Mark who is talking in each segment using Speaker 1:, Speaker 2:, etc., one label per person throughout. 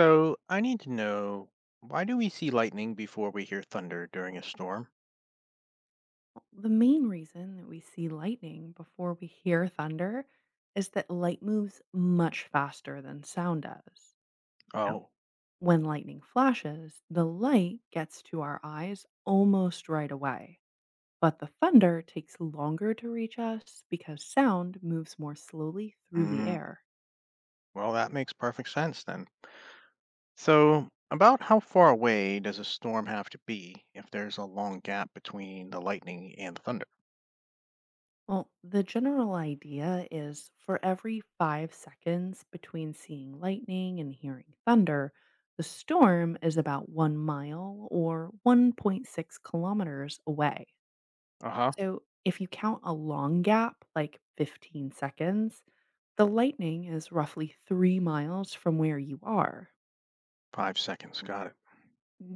Speaker 1: So I need to know why do we see lightning before we hear thunder during a storm?
Speaker 2: The main reason that we see lightning before we hear thunder is that light moves much faster than sound does. No.
Speaker 1: Oh,
Speaker 2: When lightning flashes, the light gets to our eyes almost right away, but the thunder takes longer to reach us because sound moves more slowly through the
Speaker 1: mm,
Speaker 2: air.
Speaker 1: well, that makes perfect sense then. So, about how far away does a storm have to be if there's a long gap between the lightning and the thunder?
Speaker 2: Well, the general idea is for every 5 seconds between seeing lightning and hearing thunder, the storm is about 1 mile or 1.6 kilometers away.
Speaker 1: Uh huh.
Speaker 2: So if you count a long gap, like 15 seconds, the lightning is roughly 3 miles from where you are.
Speaker 1: 5 seconds.
Speaker 2: Now,
Speaker 1: Got it.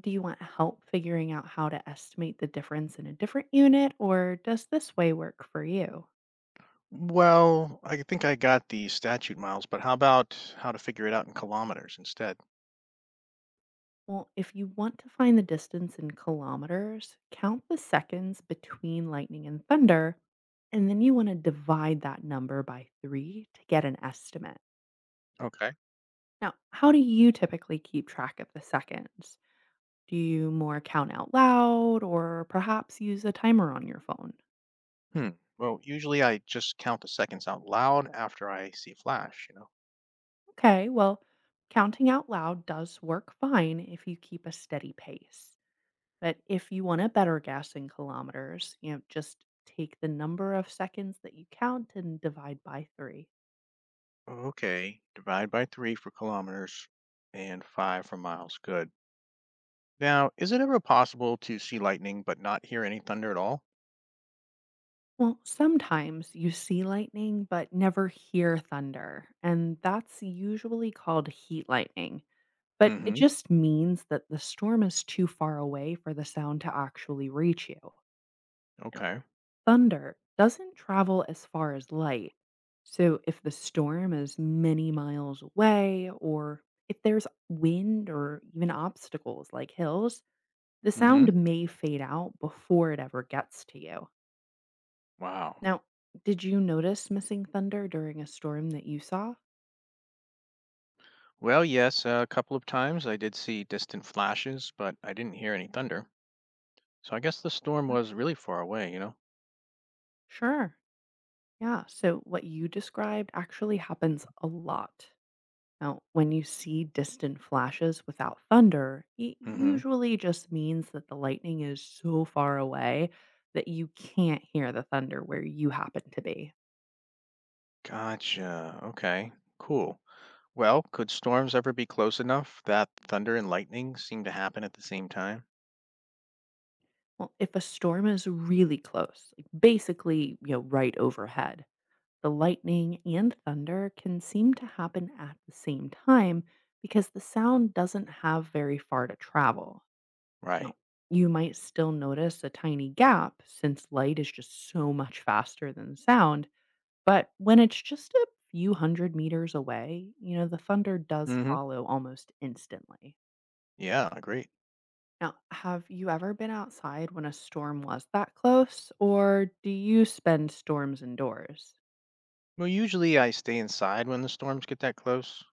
Speaker 2: do you want help figuring out how to estimate the difference in a different unit, or does this way work for you?
Speaker 1: Well, I think I got the statute miles, but how about how to figure it out in kilometers instead?
Speaker 2: Well, if you want to find the distance in kilometers, count the seconds between lightning and thunder, and then you want to divide that number by three to get an estimate.
Speaker 1: Okay.
Speaker 2: Now, how do you typically keep track of the seconds? Do you more count out loud or perhaps use a timer on your phone?
Speaker 1: Hmm. Well, usually I just count the seconds out loud after I see a flash, you know?
Speaker 2: Okay, well, counting out loud does work fine if you keep a steady pace. But if you wanna better guess in kilometers, just take the number of seconds that you count and divide by 3.
Speaker 1: Okay, divide by three for kilometers and five for miles. Good. Now, is it ever possible to see lightning but not hear any thunder at all?
Speaker 2: Well, sometimes you see lightning but never hear thunder, and that's usually called heat lightning. But it
Speaker 1: Mm-hmm.
Speaker 2: just means that the storm is too far away for the sound to actually reach you.
Speaker 1: Okay.
Speaker 2: Thunder doesn't travel as far as light. So, if the storm is many miles away, or if there's wind or even obstacles like hills, the
Speaker 1: Mm-hmm.
Speaker 2: sound may fade out before it ever gets to you.
Speaker 1: Wow.
Speaker 2: Now, did you notice missing thunder during a storm that you saw?
Speaker 1: Well, yes, a couple of times I did see distant flashes, but I didn't hear any thunder. So I guess the storm was really far away, you know?
Speaker 2: Sure. Yeah. So, what you described actually happens a lot. Now, when you see distant flashes without thunder, it
Speaker 1: Mm-hmm.
Speaker 2: usually just means that the lightning is so far away that you can't hear the thunder where you happen to be.
Speaker 1: Gotcha. Okay. Cool. Well, could storms ever be close enough that thunder and lightning seem to happen at the same time?
Speaker 2: Well, if a storm is really close, like basically, right overhead, the lightning and thunder can seem to happen at the same time because the sound doesn't have very far to travel.
Speaker 1: Right.
Speaker 2: Now, you might still notice a tiny gap since light is just so much faster than sound. But when it's just a few hundred meters away, the thunder does
Speaker 1: Mm-hmm.
Speaker 2: follow almost instantly.
Speaker 1: Yeah, agreed.
Speaker 2: Now, have you ever been outside when a storm was that close, or do you spend storms indoors?
Speaker 1: Well, usually I stay inside when the storms get that close,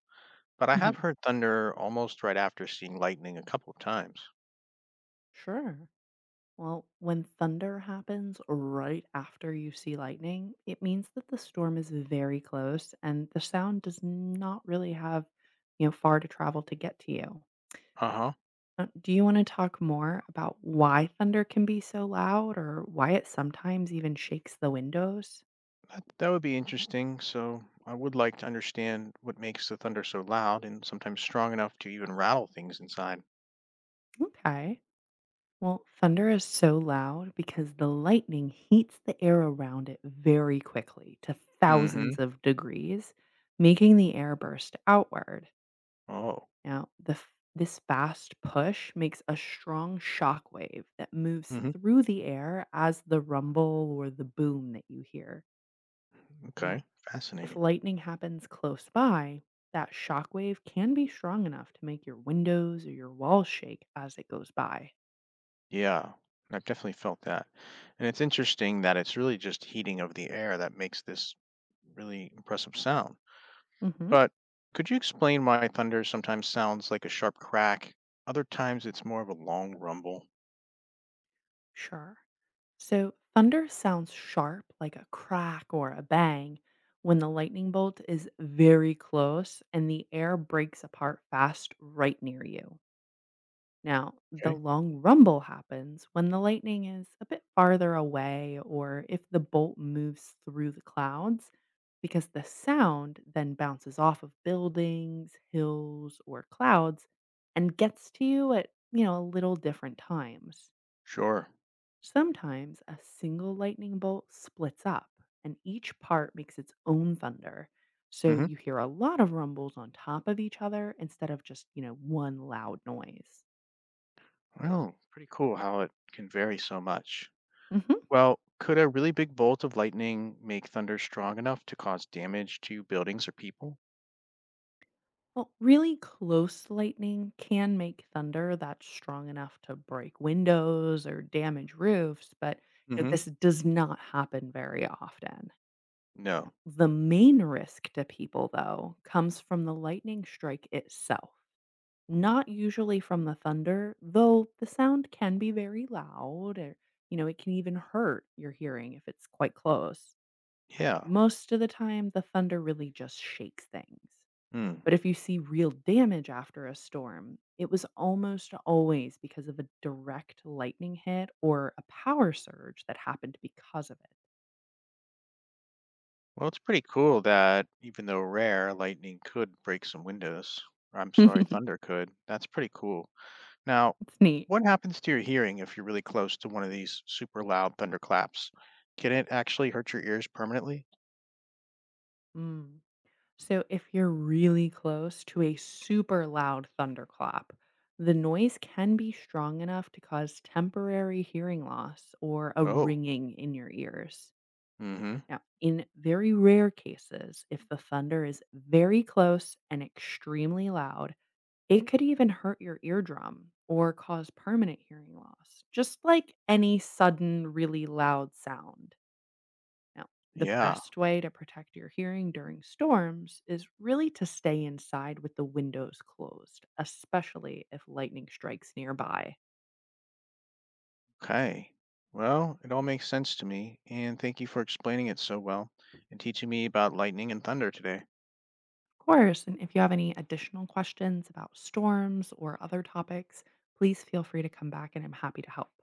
Speaker 1: but I have
Speaker 2: Mhm.
Speaker 1: heard thunder almost right after seeing lightning a couple of times.
Speaker 2: Sure. Well, when thunder happens right after you see lightning, it means that the storm is very close and the sound does not really have, far to travel to get to you.
Speaker 1: Uh huh.
Speaker 2: Do you wanna talk more about why thunder can be so loud or why it sometimes even shakes the windows?
Speaker 1: That would be interesting. So I would like to understand what makes the thunder so loud and sometimes strong enough to even rattle things inside.
Speaker 2: Okay. Well, thunder is so loud because the lightning heats the air around it very quickly to
Speaker 1: Mm hmm.
Speaker 2: thousands of degrees, making the air burst outward.
Speaker 1: Oh.
Speaker 2: Now, this fast push makes a strong shock wave that moves
Speaker 1: Mm hmm.
Speaker 2: through the air as the rumble or the boom that you hear. Now,
Speaker 1: Okay.
Speaker 2: if
Speaker 1: Fascinating.
Speaker 2: lightning happens close by, that shock wave can be strong enough to make your windows or your walls shake as it goes by.
Speaker 1: Yeah, I've definitely felt that. And it's interesting that it's really just heating of the air that makes this really impressive sound.
Speaker 2: Hmm.
Speaker 1: But could you explain why thunder sometimes sounds like a sharp crack, other times it's more of a long rumble?
Speaker 2: Sure. So, thunder sounds sharp like a crack or a bang when the lightning bolt is very close and the air breaks apart fast right near you. Now, the
Speaker 1: Okay,
Speaker 2: long rumble happens when the lightning is a bit farther away or if the bolt moves through the clouds, because the sound then bounces off of buildings, hills, or clouds and gets to you at, a little different times.
Speaker 1: sure.
Speaker 2: Sometimes a single lightning bolt splits up and each part makes its own thunder. So
Speaker 1: Hmm.
Speaker 2: you hear a lot of rumbles on top of each other instead of just, one loud noise.
Speaker 1: Oh, pretty cool how it can vary so much.
Speaker 2: Mhm.
Speaker 1: Well, could a really big bolt of lightning make thunder strong enough to cause damage to buildings or people?
Speaker 2: Well, really close lightning can make thunder that's strong enough to break windows or damage roofs, but
Speaker 1: Hmm.
Speaker 2: this does not happen very often.
Speaker 1: No.
Speaker 2: The main risk to people, though, comes from the lightning strike itself, not usually from the thunder, though the sound can be very loud or, it can even hurt your hearing if it's quite close.
Speaker 1: Yeah.
Speaker 2: Most of the time, the thunder really just shakes things.
Speaker 1: Hmm.
Speaker 2: But if you see real damage after a storm, it was almost always because of a direct lightning hit or a power surge that happened because of
Speaker 1: Well, it's pretty cool that even though rare, lightning could break some windows. I'm sorry,
Speaker 2: it.
Speaker 1: thunder could. That's pretty cool. Now,
Speaker 2: It's neat.
Speaker 1: what happens to your hearing if you're really close to one of these super loud thunderclaps? Can it actually hurt your ears permanently?
Speaker 2: Mm. So if you're really close to a super loud thunderclap, the noise can be strong enough to cause temporary hearing loss or a
Speaker 1: Oh,
Speaker 2: ringing in your ears.
Speaker 1: mm-hmm.
Speaker 2: Now, in very rare cases, if the thunder is very close and extremely loud, it could even hurt your eardrum or cause permanent hearing loss, just like any sudden, really loud sound. Now, the
Speaker 1: Yeah,
Speaker 2: best way to protect your hearing during storms is really to stay inside with the windows closed, especially if lightning strikes nearby.
Speaker 1: okay. Well, it all makes sense to me, and thank you for explaining it so well and teaching me about lightning and thunder today.
Speaker 2: Of course, and if you have any additional questions about storms or other topics, please feel free to come back and I'm happy to help.